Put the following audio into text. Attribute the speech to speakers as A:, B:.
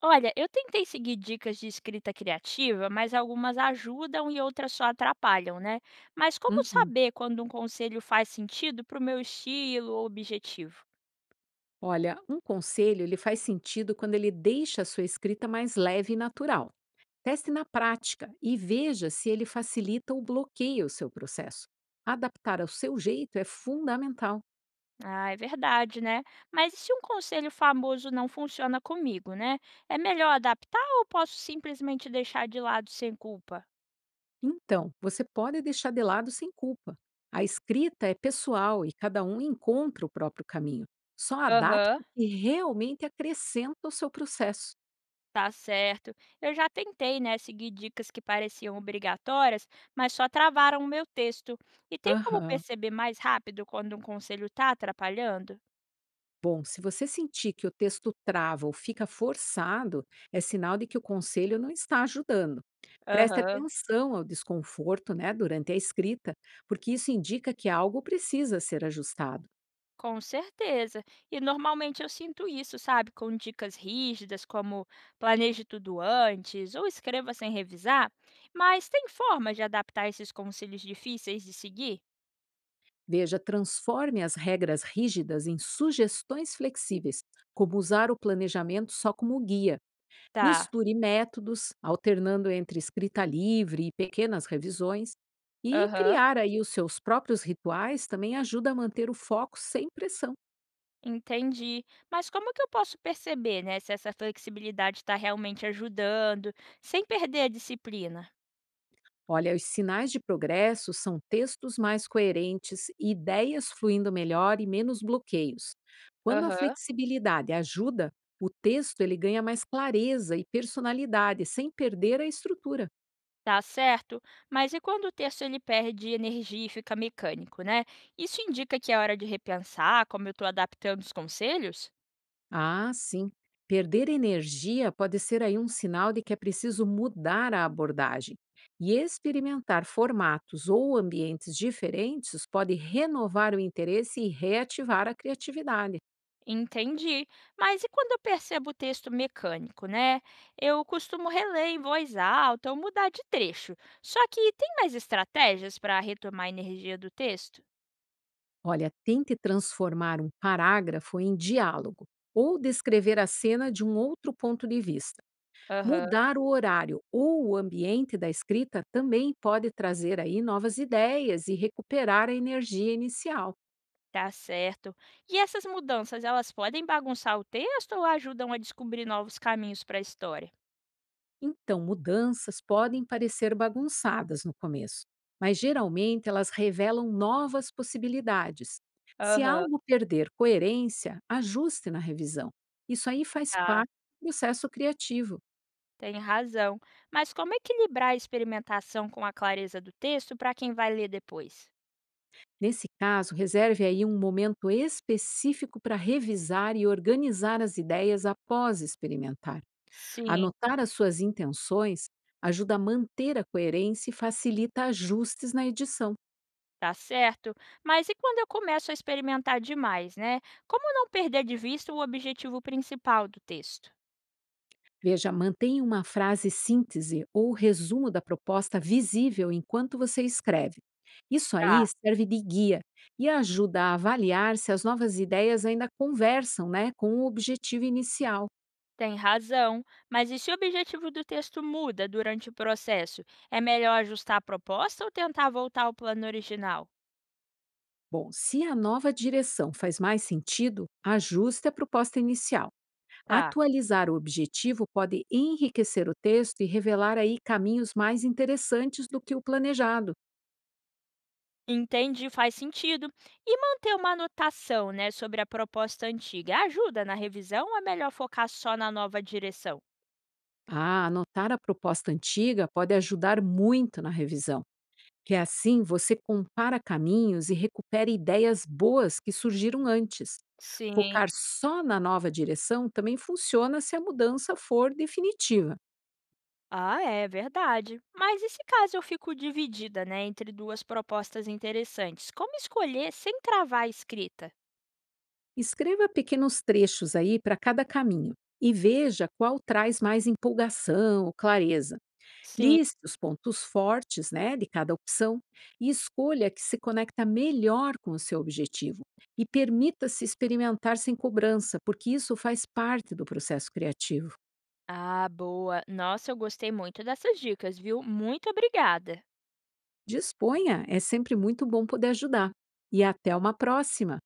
A: Olha, eu tentei seguir dicas de escrita criativa, mas algumas ajudam e outras só atrapalham, né? Mas como
B: Uhum.
A: saber quando um conselho faz sentido para o meu estilo ou objetivo?
B: Olha, um conselho ele faz sentido quando ele deixa a sua escrita mais leve e natural. Teste na prática e veja se ele facilita ou bloqueia o seu processo. Adaptar ao seu jeito é fundamental.
A: Ah, é verdade, né? Mas e se um conselho famoso não funciona comigo, né? É melhor adaptar ou posso simplesmente deixar de lado sem culpa?
B: Então, você pode deixar de lado sem culpa. A escrita é pessoal e cada um encontra o próprio caminho. Só adapte
A: Aham.
B: o que realmente acrescenta ao seu processo.
A: Tá certo. Eu já tentei, né, seguir dicas que pareciam obrigatórias, mas só travaram o meu texto. E tem como
B: Aham.
A: perceber mais rápido quando um conselho tá atrapalhando?
B: Bom, se você sentir que o texto trava ou fica forçado, é sinal de que o conselho não está ajudando. Preste
A: Aham.
B: atenção ao desconforto, né, durante a escrita, porque isso indica que algo precisa ser ajustado.
A: Com certeza. E normalmente eu sinto isso, sabe? Com dicas rígidas, como planeje tudo antes ou escreva sem revisar. Mas tem forma de adaptar esses conselhos difíceis de seguir?
B: Veja, transforme as regras rígidas em sugestões flexíveis, como usar o planejamento só como guia.
A: Tá.
B: Misture métodos, alternando entre escrita livre e pequenas revisões, e
A: Aham.
B: criar aí os seus próprios rituais também ajuda a manter o foco sem pressão.
A: Entendi. Mas como que eu posso perceber, né, se essa flexibilidade está realmente ajudando, sem perder a disciplina?
B: Olha, os sinais de progresso são textos mais coerentes, ideias fluindo melhor e menos bloqueios. Quando a
A: Aham.
B: flexibilidade ajuda, o texto ele ganha mais clareza e personalidade sem perder a estrutura.
A: Tá certo? Mas e quando o texto ele perde energia e fica mecânico, né? Isso indica que é hora de repensar como eu estou adaptando os conselhos?
B: Ah, sim. Perder energia pode ser aí um sinal de que é preciso mudar a abordagem. E experimentar formatos ou ambientes diferentes pode renovar o interesse e reativar a criatividade.
A: Entendi. Mas e quando eu percebo o texto mecânico, né? Eu costumo reler em voz alta ou mudar de trecho. Só que tem mais estratégias para retomar a energia do texto?
B: Olha, tente transformar um parágrafo em diálogo ou descrever a cena de um outro ponto de vista.
A: Aham.
B: Mudar o horário ou o ambiente da escrita também pode trazer aí novas ideias e recuperar a energia inicial.
A: Tá certo. E essas mudanças, elas podem bagunçar o texto ou ajudam a descobrir novos caminhos para a história?
B: Então, mudanças podem parecer bagunçadas no começo, mas geralmente elas revelam novas possibilidades. Se
A: Aham,
B: algo perder coerência, ajuste na revisão. Isso aí faz
A: tá.
B: parte do processo criativo.
A: Tem razão. Mas como equilibrar a experimentação com a clareza do texto para quem vai ler depois?
B: Nesse caso, reserve aí um momento específico para revisar e organizar as ideias após experimentar.
A: Sim,
B: Anotar as suas intenções ajuda a manter a coerência e facilita ajustes na edição.
A: tá certo. Mas e quando eu começo a experimentar demais, né? Como não perder de vista o objetivo principal do texto?
B: Veja, mantenha uma frase síntese ou resumo da proposta visível enquanto você escreve. Isso aí
A: Tá.
B: serve de guia e ajuda a avaliar se as novas ideias ainda conversam, né, com o objetivo inicial.
A: Tem razão, mas e se o objetivo do texto muda durante o processo? É melhor ajustar a proposta ou tentar voltar ao plano original?
B: Bom, se a nova direção faz mais sentido, ajuste a proposta inicial.
A: Tá,
B: Atualizar o objetivo pode enriquecer o texto e revelar aí caminhos mais interessantes do que o planejado.
A: entendi, faz sentido. E manter uma anotação, né, sobre a proposta antiga ajuda na revisão ou é melhor focar só na nova direção?
B: Ah, anotar a proposta antiga pode ajudar muito na revisão. Que é assim você compara caminhos e recupera ideias boas que surgiram antes.
A: Sim.
B: Focar só na nova direção também funciona se a mudança for definitiva.
A: Ah, é verdade. Mas e se caso eu fico dividida, né, entre duas propostas interessantes? Como escolher sem travar a escrita?
B: Escreva pequenos trechos aí para cada caminho e veja qual traz mais empolgação ou clareza.
A: Sim.
B: Liste os pontos fortes, né, de cada opção e escolha a que se conecta melhor com o seu objetivo. E permita-se experimentar sem cobrança, porque isso faz parte do processo criativo.
A: Ah, boa. Nossa, eu gostei muito dessas dicas, viu? Muito obrigada.
B: Disponha, é sempre muito bom poder ajudar. E até uma próxima!